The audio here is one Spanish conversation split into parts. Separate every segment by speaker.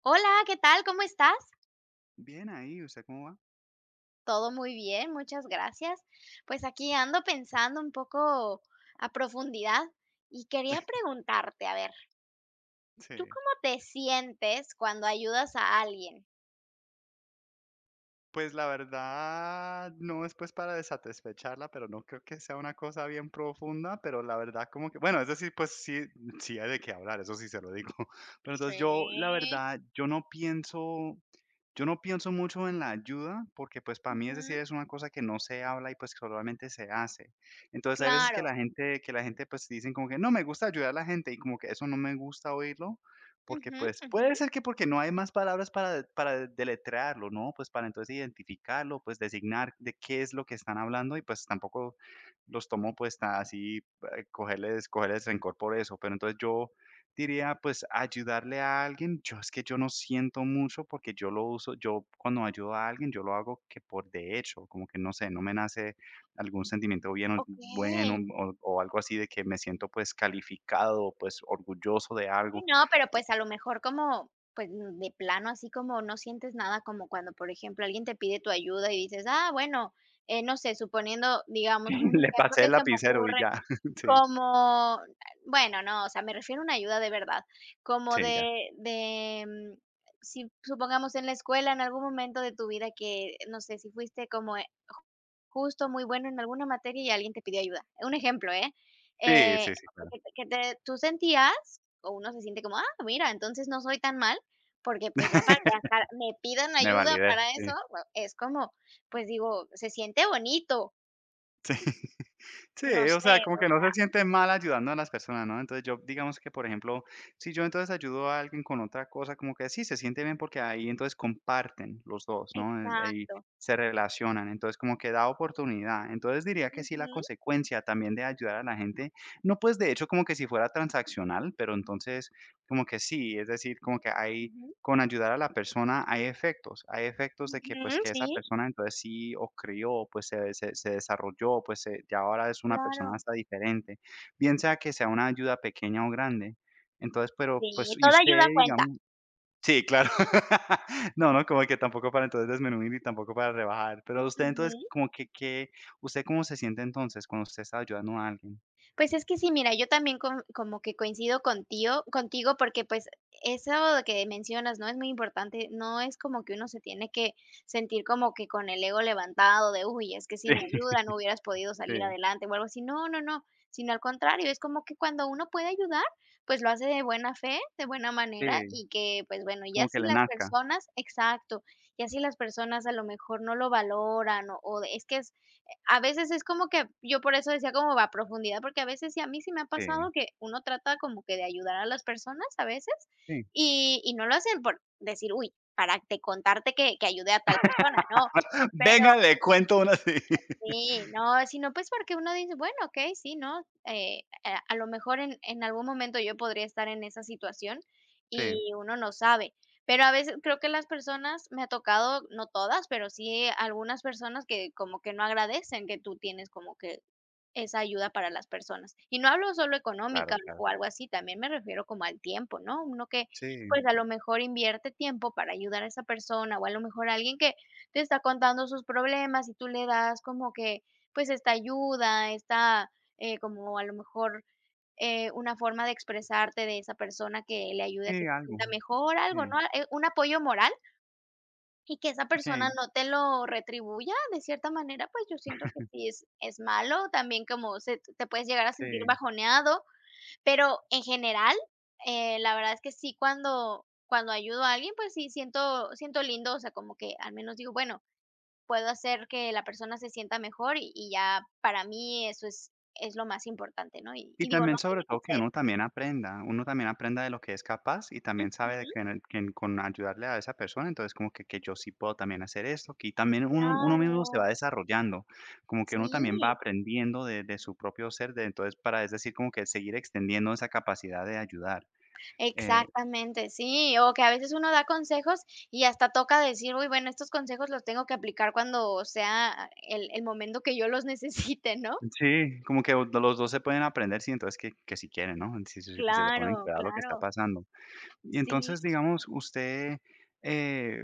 Speaker 1: Hola, ¿qué tal? ¿Cómo estás?
Speaker 2: Bien ahí, ¿usted cómo va?
Speaker 1: Todo muy bien, muchas gracias. Pues aquí ando pensando un poco a profundidad y quería preguntarte, a ver, ¿tú
Speaker 2: Sí.
Speaker 1: cómo te sientes cuando ayudas a alguien?
Speaker 2: Pues la verdad, no es pues para desatisfecharla, pero no creo que sea una cosa bien profunda, pero la verdad como que, bueno, es decir, pues sí, sí hay de qué hablar, eso sí se lo digo. Pero entonces yo, la
Speaker 1: Sí,
Speaker 2: verdad, yo no pienso mucho en la ayuda, porque pues para mí es
Speaker 1: ujú,
Speaker 2: decir, es una cosa que no se habla y pues solamente se hace. Entonces hay veces que
Speaker 1: claro.
Speaker 2: la gente pues dicen como que no me gusta ayudar a la gente y como que eso no me gusta oírlo. Porque,
Speaker 1: Ujú,
Speaker 2: pues, puede
Speaker 1: ujú,
Speaker 2: ser que porque no hay más palabras para deletrearlo, ¿no? Pues, para entonces identificarlo, pues, designar de qué es lo que están hablando y, pues, tampoco los tomo, pues, tan así, cogerles rencor por eso. Pero entonces yo diría, pues, ayudarle a alguien, yo es que yo no siento mucho porque yo lo uso yo cuando ayudo a alguien, yo lo hago que por de hecho, como que no sé, no me nace algún sentimiento bien o bueno
Speaker 1: okey.
Speaker 2: o algo así de que me siento, pues, calificado, pues, orgulloso de
Speaker 1: Sí,
Speaker 2: algo.
Speaker 1: no, pero, pues, a lo mejor como, pues, de plano, así como no sientes nada, como cuando, por ejemplo, alguien te pide tu ayuda y dices: "Ah, bueno", no sé, suponiendo, digamos, ¿no? Un
Speaker 2: Le
Speaker 1: ejemplo
Speaker 2: pasé el
Speaker 1: que se me
Speaker 2: lapicero y
Speaker 1: ocurre.
Speaker 2: ya.
Speaker 1: Como, bueno, no, o sea, me refiero a una ayuda de verdad, como
Speaker 2: Sí, sí, ya.
Speaker 1: de de, si supongamos en la escuela, en algún momento de tu vida que, no sé, si fuiste como, ju justo muy bueno en alguna materia y alguien te pidió ayuda. Un ejemplo, ¿eh?
Speaker 2: Sí,
Speaker 1: Eh,
Speaker 2: sí, sí,
Speaker 1: o sea,
Speaker 2: claro.
Speaker 1: que te tú sentías, o uno se siente como, ah, mira, entonces no soy tan mal, porque, pues, ya para que hasta me pidan
Speaker 2: Me
Speaker 1: ayuda
Speaker 2: validé,
Speaker 1: para eso,
Speaker 2: sí.
Speaker 1: bueno, es como, pues, digo, se siente bonito, no
Speaker 2: Sí, o
Speaker 1: sé,
Speaker 2: sea, como
Speaker 1: o
Speaker 2: que no
Speaker 1: sea,
Speaker 2: se siente mal ayudando a las personas, ¿no? Entonces, yo, digamos que, por ejemplo, si yo entonces ayudo a alguien con otra cosa, como que sí, se siente bien porque ahí entonces comparten los dos, ¿no? Y
Speaker 1: exacto.
Speaker 2: se relacionan, entonces como que da oportunidad. Entonces diría que sí,
Speaker 1: Ujú,
Speaker 2: la consecuencia también de ayudar a la gente, no pues de hecho como que si fuera transaccional, pero entonces como que sí, es decir, como que hay,
Speaker 1: ujú,
Speaker 2: con ayudar a la persona hay efectos de que, pues,
Speaker 1: ujú,
Speaker 2: que
Speaker 1: sí,
Speaker 2: esa persona entonces sí o crió, pues, se desarrolló, pues, se ya ahora es una persona
Speaker 1: claro.
Speaker 2: hasta diferente, bien sea que sea una ayuda pequeña o grande. Entonces, pero, pues,
Speaker 1: Sí,
Speaker 2: y
Speaker 1: toda
Speaker 2: usted,
Speaker 1: ayuda cuenta.
Speaker 2: digamos, sí, claro. No, no, como que tampoco para entonces desmenuir y tampoco para rebajar, pero usted entonces,
Speaker 1: Ujú.
Speaker 2: como que, ¿usted cómo se siente entonces cuando usted está ayudando a alguien?
Speaker 1: Pues es que sí, mira, yo también como que coincido contigo porque, pues, eso de que mencionas, ¿no? Es muy importante, no es como que uno se tiene que sentir como que con el ego levantado de: "Uy, es que sin mi ayuda no hubieras podido
Speaker 2: Sí,
Speaker 1: salir
Speaker 2: sí,
Speaker 1: adelante", o algo así. No, no, no, sino al contrario, es como que cuando uno puede ayudar, pues lo hace de buena fe, de buena manera
Speaker 2: sí,
Speaker 1: y que, pues bueno,
Speaker 2: como
Speaker 1: ya
Speaker 2: que
Speaker 1: si
Speaker 2: le
Speaker 1: las
Speaker 2: nazca.
Speaker 1: personas exacto, ya si las personas a lo mejor no lo valoran o es que es a veces es como que yo por eso decía como va a profundidad, porque a veces sí, a mí sí me ha
Speaker 2: Sí,
Speaker 1: pasado que uno trata como que de ayudar a las personas a veces,
Speaker 2: sí.
Speaker 1: y no lo hacen por decir: "Uy, para te contarte que ayude a tal persona", no. Pero
Speaker 2: Venga, le cuento una, sí.
Speaker 1: sí, no, sino pues porque uno dice: "Bueno, okey, sí, ¿no?". A lo mejor en algún momento yo podría estar en esa situación
Speaker 2: Sí.
Speaker 1: y uno no sabe. Pero a veces creo que las personas me ha tocado, no todas, pero sí algunas personas que como que no agradecen que tú tienes como que esa ayuda para las personas. Y no hablo solo
Speaker 2: Claro,
Speaker 1: económica
Speaker 2: claro.
Speaker 1: o algo así, también me refiero como al tiempo, ¿no? Uno que,
Speaker 2: Sí,
Speaker 1: pues, a lo mejor invierte tiempo para ayudar a esa persona, o a lo mejor alguien que te está contando sus problemas y tú le das como que, pues, esta ayuda, esta, como a lo mejor, una forma de expresarte de esa persona que le ayude a
Speaker 2: sí,
Speaker 1: que se
Speaker 2: algo.
Speaker 1: sienta mejor, algo,
Speaker 2: Sí,
Speaker 1: ¿no? Un apoyo moral y que esa persona
Speaker 2: sí,
Speaker 1: no te lo retribuya de cierta manera, pues yo siento que sí es malo, también como se te puedes llegar a sentir
Speaker 2: sí.
Speaker 1: bajoneado, pero en general, la verdad es que sí, cuando ayudo a alguien, pues sí siento siento lindo, o sea, como que al menos digo, bueno, puedo hacer que la persona se sienta mejor y ya para mí eso es lo más importante, ¿no?
Speaker 2: Y
Speaker 1: Y digo, no
Speaker 2: también,
Speaker 1: tiene
Speaker 2: sobre
Speaker 1: que
Speaker 2: todo, que
Speaker 1: ser
Speaker 2: uno también aprenda de lo que es capaz y también sabe de
Speaker 1: ujú,
Speaker 2: que, en el- que en- con ayudarle a esa persona, entonces como que yo sí puedo también hacer esto, que y también uno, uno mismo se va
Speaker 1: claro,
Speaker 2: desarrollando, como que uno también va
Speaker 1: sí.
Speaker 2: aprendiendo de su propio ser, de, entonces para, es decir, como que seguir extendiendo esa capacidad de ayudar. Eh,
Speaker 1: Exactamente, sí, o que a veces uno da consejos y hasta toca decir: "Uy, bueno, estos consejos los tengo que aplicar cuando sea el momento que yo los necesite", ¿no?
Speaker 2: sí, como que los dos se pueden aprender, sí, entonces que si quieren, ¿no? Si, si, si le ponen
Speaker 1: Claro,
Speaker 2: cuidado a lo que está
Speaker 1: claro.
Speaker 2: pasando. Y
Speaker 1: Sí.
Speaker 2: entonces, digamos, usted, eh,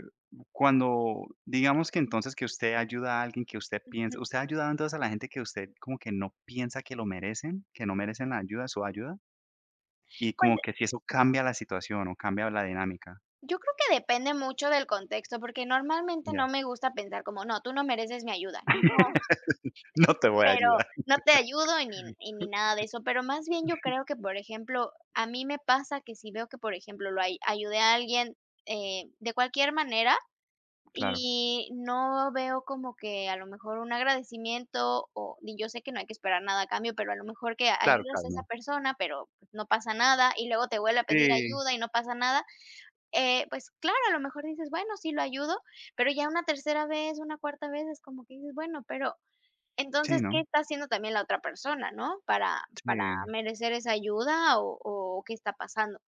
Speaker 2: cuando digamos que entonces que usted ayuda a alguien que usted piensa,
Speaker 1: Ujú.
Speaker 2: ¿usted ha ayudado entonces a la gente que usted como que no piensa que lo merecen, que no merecen la ayuda, su ayuda? Y
Speaker 1: Pues,
Speaker 2: como que si eso cambia la situación o cambia la dinámica.
Speaker 1: yo creo que depende mucho del contexto, porque normalmente
Speaker 2: Ya.
Speaker 1: no me gusta pensar como: "No, tú no mereces mi ayuda". No,
Speaker 2: No te voy a
Speaker 1: pero
Speaker 2: ayudar.
Speaker 1: no te ayudo y ni nada de eso, pero más bien yo creo que, por ejemplo, a mí me pasa que si veo que, por ejemplo, lo ay ayudé a alguien, de cualquier manera.
Speaker 2: Claro,
Speaker 1: Y no veo como que a lo mejor un agradecimiento o y yo sé que no hay que esperar nada a cambio, pero a lo mejor que
Speaker 2: claro,
Speaker 1: ayudas
Speaker 2: claro,
Speaker 1: a esa
Speaker 2: no.
Speaker 1: persona, pero pues, no pasa nada, y luego te vuelve a pedir
Speaker 2: Sí,
Speaker 1: ayuda y no pasa nada, pues claro, a lo mejor dices: "Bueno, sí lo ayudo", pero ya una tercera vez, una cuarta vez es como que dices: "Bueno, pero
Speaker 2: sí,
Speaker 1: entonces,
Speaker 2: ¿no?
Speaker 1: ¿qué está haciendo también la otra persona, no? Para
Speaker 2: Sí.
Speaker 1: merecer esa ayuda o ¿qué está pasando?".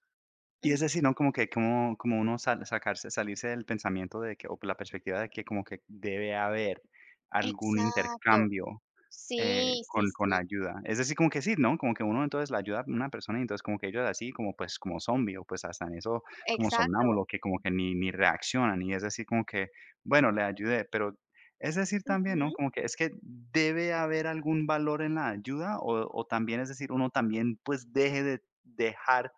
Speaker 2: Y
Speaker 1: Mm,
Speaker 2: es decir, ¿no? Como que como, como uno sal- sacarse, salirse del pensamiento de que, o la perspectiva de que como que debe haber algún
Speaker 1: exacto.
Speaker 2: intercambio.
Speaker 1: Sí, sí,
Speaker 2: Con
Speaker 1: sí,
Speaker 2: ayuda. Es decir, como que sí, ¿no? Como que uno entonces la ayuda a una persona y entonces como que ellos así como, pues, como zombie o, pues, hasta en eso como
Speaker 1: exacto.
Speaker 2: somnámbulo que como que ni reaccionan y es decir como que, bueno, le ayudé, pero es decir también, ¿no? Como que es que debe haber algún valor en la ayuda o también, es decir, uno también, pues, deje de dejar,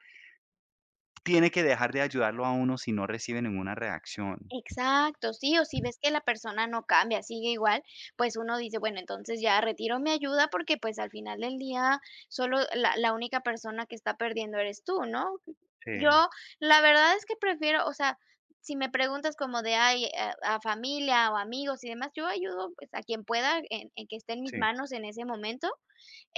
Speaker 2: tiene que dejar de ayudarlo a uno si no recibe ninguna reacción.
Speaker 1: Exacto, sí, o si ves que la persona no cambia, sigue igual, pues uno dice, bueno, entonces ya retiro mi ayuda porque pues al final del día solo la única persona que está perdiendo eres tú, ¿no?
Speaker 2: Sí,
Speaker 1: Yo la verdad es que prefiero, o sea, si me preguntas como de ay, a familia o amigos y demás, yo ayudo pues a quien pueda en que esté en mis
Speaker 2: sí,
Speaker 1: manos en ese momento,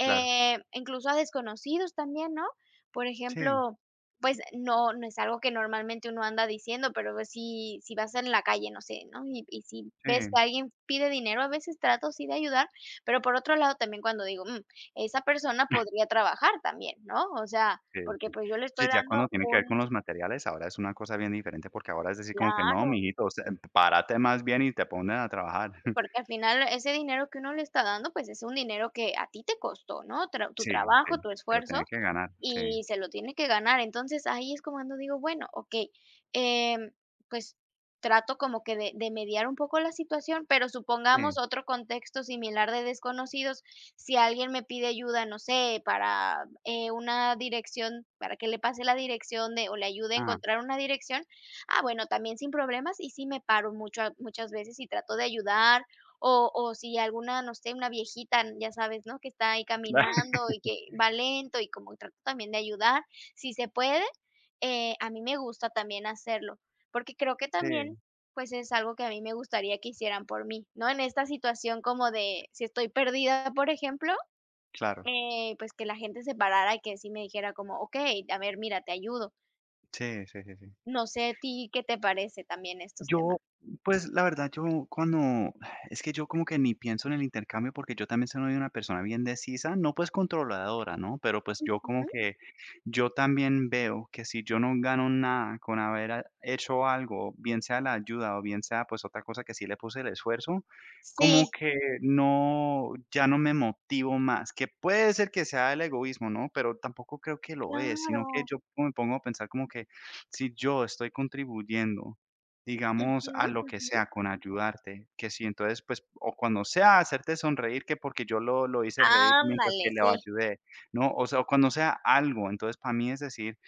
Speaker 2: claro.
Speaker 1: incluso a desconocidos también, ¿no? Por
Speaker 2: Sí,
Speaker 1: ejemplo, pues no, no es algo que normalmente uno anda diciendo, pero pues si, si vas en la calle, no sé, ¿no? Y si ves
Speaker 2: sí.
Speaker 1: que alguien pide dinero, a veces trato sí de ayudar, pero por otro lado también cuando digo, "Mm, esa persona podría trabajar también, ¿no? O sea,
Speaker 2: Sí, sí.
Speaker 1: porque pues yo le
Speaker 2: Sí,
Speaker 1: estoy
Speaker 2: ya cuando
Speaker 1: dando
Speaker 2: tiene que
Speaker 1: un
Speaker 2: ver con los materiales, ahora es una cosa bien diferente, porque ahora es decir como que: "No,
Speaker 1: claro,
Speaker 2: mijito, se párate más bien y te pones a trabajar".
Speaker 1: porque al final ese dinero que uno le está dando, pues es un dinero que a ti te costó, ¿no? Tra- tu
Speaker 2: Sí,
Speaker 1: trabajo,
Speaker 2: sí,
Speaker 1: tu
Speaker 2: te lo tenía
Speaker 1: esfuerzo,
Speaker 2: que ganar, sí,
Speaker 1: y se lo tiene que ganar. Entonces, ahí es como cuando digo, bueno, okey, em, pues, trato como que de mediar un poco la situación, pero supongamos
Speaker 2: sí.
Speaker 1: otro contexto similar de desconocidos, si alguien me pide ayuda, no sé, para, una dirección, para que le pase la dirección de o le ayude a
Speaker 2: Ah,
Speaker 1: encontrar una dirección, ah, bueno, también sin problemas y sí me paro mucho muchas veces y trato de ayudar o si alguna, no sé, una viejita, ya sabes, ¿no?, que está ahí
Speaker 2: claro,
Speaker 1: caminando y que va lento y como trato también de ayudar, si se puede, a mí me gusta también hacerlo, porque creo que
Speaker 2: sí,
Speaker 1: también, pues, es algo que a mí me gustaría que hicieran por mí, ¿no? En esta situación como de si estoy perdida, por ejemplo,
Speaker 2: claro,
Speaker 1: pues, que la gente se parara y que sí me dijera como: "Okey, a ver, mira, te ayudo".
Speaker 2: sí, sí, sí, sí.
Speaker 1: No sé a ti, ¿qué te parece también estos
Speaker 2: Yo,
Speaker 1: temas?
Speaker 2: pues, la verdad, yo como que ni pienso en el intercambio, porque yo también soy una persona bien decisa, no, pues, controladora, ¿no? Pero, pues, yo como
Speaker 1: Ujú.
Speaker 2: que yo también veo que si yo no gano nada con haber a- hecho algo, bien sea la ayuda o bien sea, pues, otra cosa que sí le puse el esfuerzo, como
Speaker 1: Sí,
Speaker 2: que no, ya no me motivo más, que puede ser que sea el egoísmo, ¿no? Pero tampoco creo que lo es, sino que
Speaker 1: claro.
Speaker 2: yo me pongo a pensar como que si yo estoy contribuyendo, digamos,
Speaker 1: Ujú,
Speaker 2: a lo que
Speaker 1: ujú.
Speaker 2: sea, con ayudarte, que si entonces, pues, o cuando sea hacerte sonreír, que porque yo lo hice reír mientras que
Speaker 1: Ándale,
Speaker 2: le
Speaker 1: sí.
Speaker 2: ayudé, ¿no? O sea, o cuando sea algo, entonces, para mí es decir,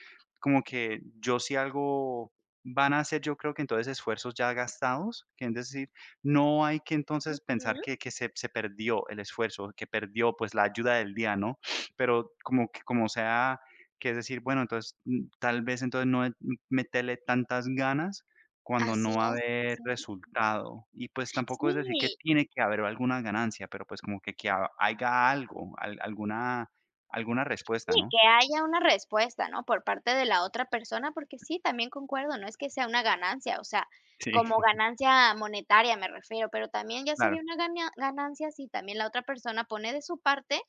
Speaker 2: como que yo si algo van a hacer, yo creo que entonces esfuerzos ya gastados, que es decir, no hay que entonces pensar
Speaker 1: Ujú.
Speaker 2: que que se perdió el esfuerzo, que perdió, pues, la ayuda del día, ¿no? Pero como que como sea, que es decir, bueno, entonces, tal vez entonces no es- meterle tantas ganas cuando
Speaker 1: Así
Speaker 2: no va a
Speaker 1: es.
Speaker 2: haber
Speaker 1: Sí.
Speaker 2: resultado. Y pues tampoco es decir que
Speaker 1: Sí,
Speaker 2: tiene que haber alguna ganancia, pero pues como que ha- haya algo, al- alguna, alguna respuesta,
Speaker 1: sí,
Speaker 2: ¿no?
Speaker 1: que haya una respuesta, ¿no? Por parte de la otra persona, porque sí, también concuerdo, no es que sea una ganancia, o sea,
Speaker 2: Sí,
Speaker 1: como ganancia monetaria me refiero, pero también ya
Speaker 2: claro,
Speaker 1: sería una ganancia si también la otra persona pone de su parte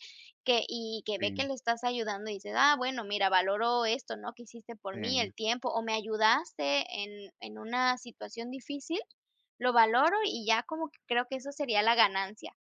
Speaker 1: que y que ve
Speaker 2: sí,
Speaker 1: que le estás ayudando y dices: "Ah, bueno, mira, valoro esto, ¿no? Que hiciste por
Speaker 2: sí,
Speaker 1: mí, el tiempo, o me ayudaste en una situación difícil, lo valoro", y ya como que creo que eso sería la ganancia.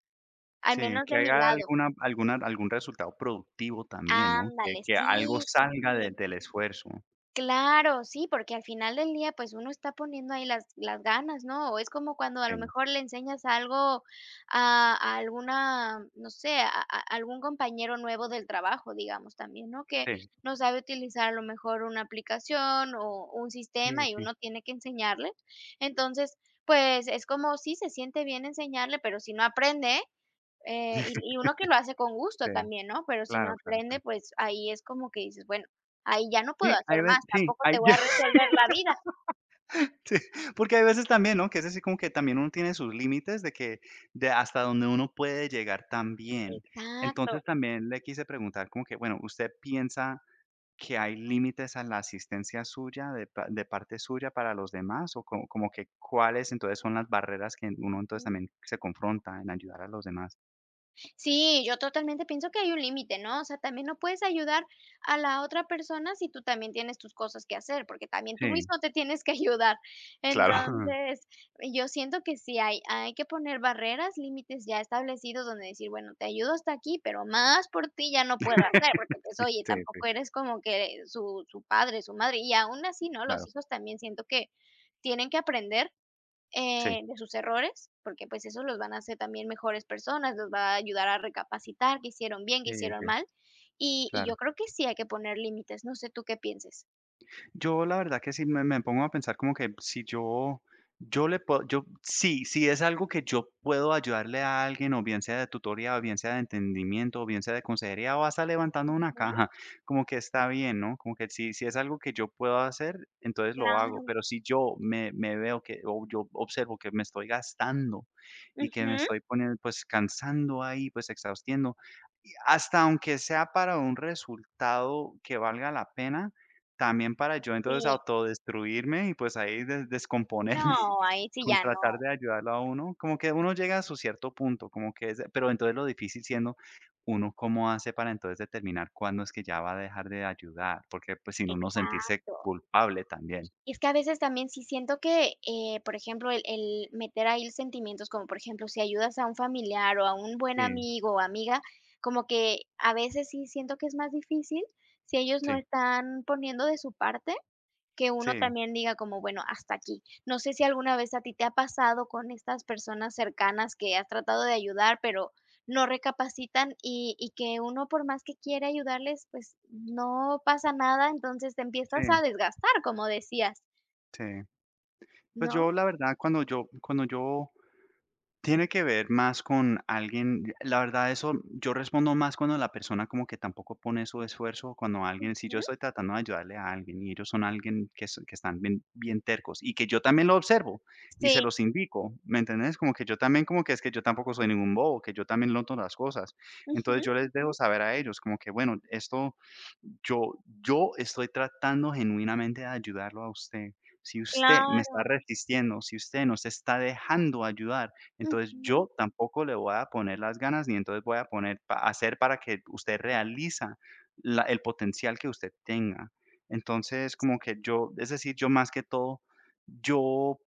Speaker 1: Al
Speaker 2: sí,
Speaker 1: menos
Speaker 2: que
Speaker 1: de mi
Speaker 2: haya
Speaker 1: lado.
Speaker 2: alguna, alguna, algún resultado productivo también, ¿no?
Speaker 1: Ándale,
Speaker 2: Que algo
Speaker 1: sí, sí,
Speaker 2: salga de-
Speaker 1: sí.
Speaker 2: del esfuerzo.
Speaker 1: Claro, sí, porque al final del día, pues, uno está poniendo ahí las ganas, ¿no? O es como cuando a lo
Speaker 2: Sí,
Speaker 1: mejor le enseñas algo a alguna, no sé, a algún compañero nuevo del trabajo, digamos, también, ¿no? Que
Speaker 2: sí,
Speaker 1: no sabe utilizar a lo mejor una aplicación o un
Speaker 2: sí,
Speaker 1: sistema y
Speaker 2: sí,
Speaker 1: uno tiene que enseñarle. Entonces, pues, es como sí se siente bien enseñarle, pero si no aprende. Y uno que lo hace con
Speaker 2: sí,
Speaker 1: gusto también, ¿no? Pero si no
Speaker 2: claro, claro,
Speaker 1: aprende,
Speaker 2: claro.
Speaker 1: pues ahí es como que dices, bueno, ahí ya no puedo
Speaker 2: Sí, hay,
Speaker 1: hacer
Speaker 2: ve-
Speaker 1: más,
Speaker 2: sí,
Speaker 1: tampoco
Speaker 2: hay,
Speaker 1: te voy a resolver la vida.
Speaker 2: sí, porque hay veces también, ¿no? Que es así como que también uno tiene sus límites de que de hasta donde uno puede llegar también. Entonces
Speaker 1: Exacto.
Speaker 2: también le quise preguntar como que, bueno, ¿usted piensa que hay límites a la asistencia suya, de, pa- de parte suya para los demás? ¿O como, como que cuáles entonces son las barreras que uno entonces también se confronta en ayudar a los demás?
Speaker 1: Sí, yo totalmente pienso que hay un límite, ¿no? O sea, también no puedes ayudar a la otra persona si tú también tienes tus cosas que hacer, porque también tú
Speaker 2: Sí,
Speaker 1: mismo te tienes que ayudar.
Speaker 2: claro.
Speaker 1: Entonces, yo siento que sí hay que poner barreras, límites ya establecidos donde decir, bueno, te ayudo hasta aquí, pero más por ti ya no puedo hacer, porque pues oye,
Speaker 2: Sí, sí,
Speaker 1: tampoco eres como que su padre, su madre, y aún así, ¿no? Los
Speaker 2: claro.
Speaker 1: hijos también siento que tienen que aprender,
Speaker 2: Sí,
Speaker 1: de sus errores, porque pues eso los van a hacer también mejores personas, los va a ayudar a recapacitar qué hicieron bien,
Speaker 2: sí,
Speaker 1: qué hicieron
Speaker 2: sí,
Speaker 1: mal. Y
Speaker 2: claro.
Speaker 1: yo creo que sí hay que poner límites, no sé tú qué pienses.
Speaker 2: Yo la verdad que sí me pongo a pensar como que si yo, yo le puedo, yo, sí, si es algo que yo puedo ayudarle a alguien, o bien sea de tutoría, o bien sea de entendimiento, o bien sea de consejería, o hasta levantando una
Speaker 1: Ujú,
Speaker 2: caja, como que está bien, ¿no? Como que si, si es algo que yo puedo hacer, entonces lo
Speaker 1: claro.
Speaker 2: hago, pero si yo me, me veo que, o yo observo que me estoy gastando y que me
Speaker 1: Ujú.
Speaker 2: estoy poniendo, pues cansando ahí, pues exhaustiendo, y hasta aunque sea para un resultado que valga la pena también para yo entonces
Speaker 1: Sí.
Speaker 2: autodestruirme y, pues, ahí de descomponerme
Speaker 1: No, ahí sí
Speaker 2: con
Speaker 1: ya
Speaker 2: tratar
Speaker 1: no.
Speaker 2: de ayudarlo a uno, como que uno llega a su cierto punto, como que es pero entonces lo difícil siendo uno cómo hace para entonces determinar cuándo es que ya va a dejar de ayudar, porque, pues, sin uno sentirse
Speaker 1: Exacto.
Speaker 2: culpable también.
Speaker 1: Y es que a veces también sí siento que, por ejemplo, el meter ahí sentimientos, como por ejemplo, si ayudas a un familiar o a un buen
Speaker 2: Sí,
Speaker 1: amigo o amiga, como que a veces sí siento que es más difícil si ellos no
Speaker 2: sí,
Speaker 1: están poniendo de su parte que uno
Speaker 2: sí,
Speaker 1: también diga como, bueno, hasta aquí. No sé si alguna vez a ti te ha pasado con estas personas cercanas que has tratado de ayudar, pero no recapacitan y que uno por más que quiere ayudarles, pues no pasa nada, entonces te empiezas a
Speaker 2: sí,
Speaker 1: desgastar, como decías,
Speaker 2: sí. Pues
Speaker 1: ¿no?
Speaker 2: yo, la verdad, cuando yo tiene que ver más con alguien, la verdad eso yo respondo más cuando la persona como que tampoco pone su esfuerzo, cuando alguien, si yo
Speaker 1: Ujú.
Speaker 2: estoy tratando de ayudarle a alguien y ellos son alguien que, son que están bien, bien tercos y que yo también lo observo y
Speaker 1: Sí.
Speaker 2: se los indico, ¿me entendés? Como que yo también como que es que yo tampoco soy ningún bobo, que yo también noto las cosas.
Speaker 1: Ujú,
Speaker 2: Entonces yo les
Speaker 1: ujú.
Speaker 2: dejo saber a ellos como que bueno, esto yo, yo estoy tratando genuinamente de ayudarlo a usted. Si usted me está
Speaker 1: Claro.
Speaker 2: resistiendo, si usted no se está dejando ayudar, entonces,
Speaker 1: Ujú.
Speaker 2: yo tampoco le voy a poner las ganas, ni entonces voy a poner pa hacer para que usted realiza la el potencial que usted tenga. Entonces,
Speaker 1: Sí.
Speaker 2: como que yo es decir, yo más que todo, yo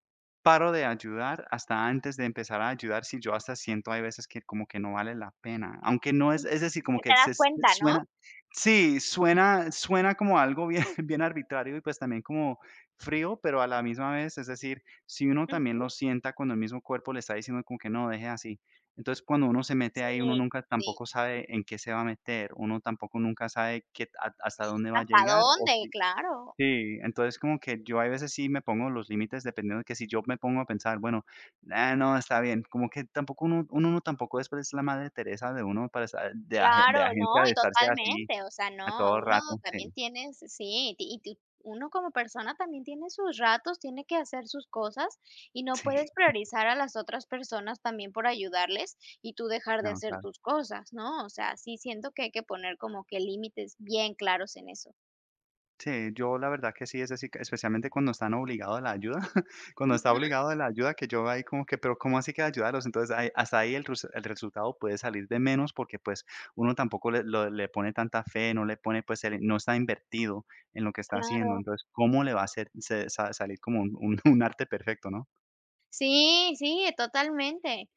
Speaker 2: paro de ayudar hasta antes de empezar a ayudar, si yo hasta siento hay veces que como que no vale la pena, aunque no es
Speaker 1: Sí.
Speaker 2: es decir, como
Speaker 1: Que
Speaker 2: que
Speaker 1: te
Speaker 2: se
Speaker 1: das
Speaker 2: s-
Speaker 1: cuenta, ¿no?
Speaker 2: suena sí, suena como algo bien bien arbitrario y, pues, también como frío, pero a la misma vez, es decir, si uno también
Speaker 1: Ujú.
Speaker 2: lo sienta cuando el mismo cuerpo le está diciendo como que no, deje así. Entonces, cuando uno se mete
Speaker 1: Sí,
Speaker 2: ahí, uno nunca
Speaker 1: sí.
Speaker 2: tampoco sabe en qué se va a meter, uno tampoco nunca sabe qué a hasta dónde va a
Speaker 1: ¿Hasta
Speaker 2: llegar o
Speaker 1: dónde?
Speaker 2: si
Speaker 1: Claro.
Speaker 2: sí, entonces como que yo hay veces sí me pongo los límites dependiendo de que si yo me pongo a pensar, bueno, ah, no, está bien, como que tampoco uno no tampoco después es pues, la madre Teresa de uno para estar de agen
Speaker 1: Claro,
Speaker 2: de agencia
Speaker 1: no,
Speaker 2: de
Speaker 1: y
Speaker 2: estarse así
Speaker 1: totalmente, o sea,
Speaker 2: a
Speaker 1: no,
Speaker 2: todo
Speaker 1: uno
Speaker 2: rato, sí,
Speaker 1: también tiene, s sí, ti- y tú uno como persona también tiene sus ratos, tiene que hacer sus cosas, y no
Speaker 2: sí,
Speaker 1: puedes priorizar a las otras personas también por ayudarles, y tú dejar de
Speaker 2: no,
Speaker 1: hacer
Speaker 2: claro.
Speaker 1: tus cosas, ¿no? O sea, sí siento que hay que poner como que límites bien claros en eso.
Speaker 2: Sí, yo la verdad que sí, es así, especialmente cuando están obligados a la ayuda, cuando está
Speaker 1: Ujú,
Speaker 2: obligado a la ayuda, que yo ahí como que, pero ¿cómo así que ayudarlos? Entonces, ahí- hasta ahí el, rus- el resultado puede salir de menos porque pues uno tampoco le, lo- le pone tanta fe, no le pone, pues el- no está invertido en lo que está haciendo.
Speaker 1: claro.
Speaker 2: Entonces, ¿cómo le va a hacer, se- sa- salir como un un arte perfecto, ¿no?
Speaker 1: Sí, sí, totalmente.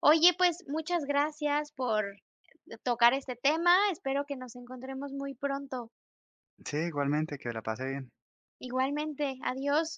Speaker 1: Oye, pues, muchas gracias por tocar este tema, espero que nos encontremos muy pronto.
Speaker 2: Sí, igualmente, que la pase bien.
Speaker 1: Igualmente, adiós.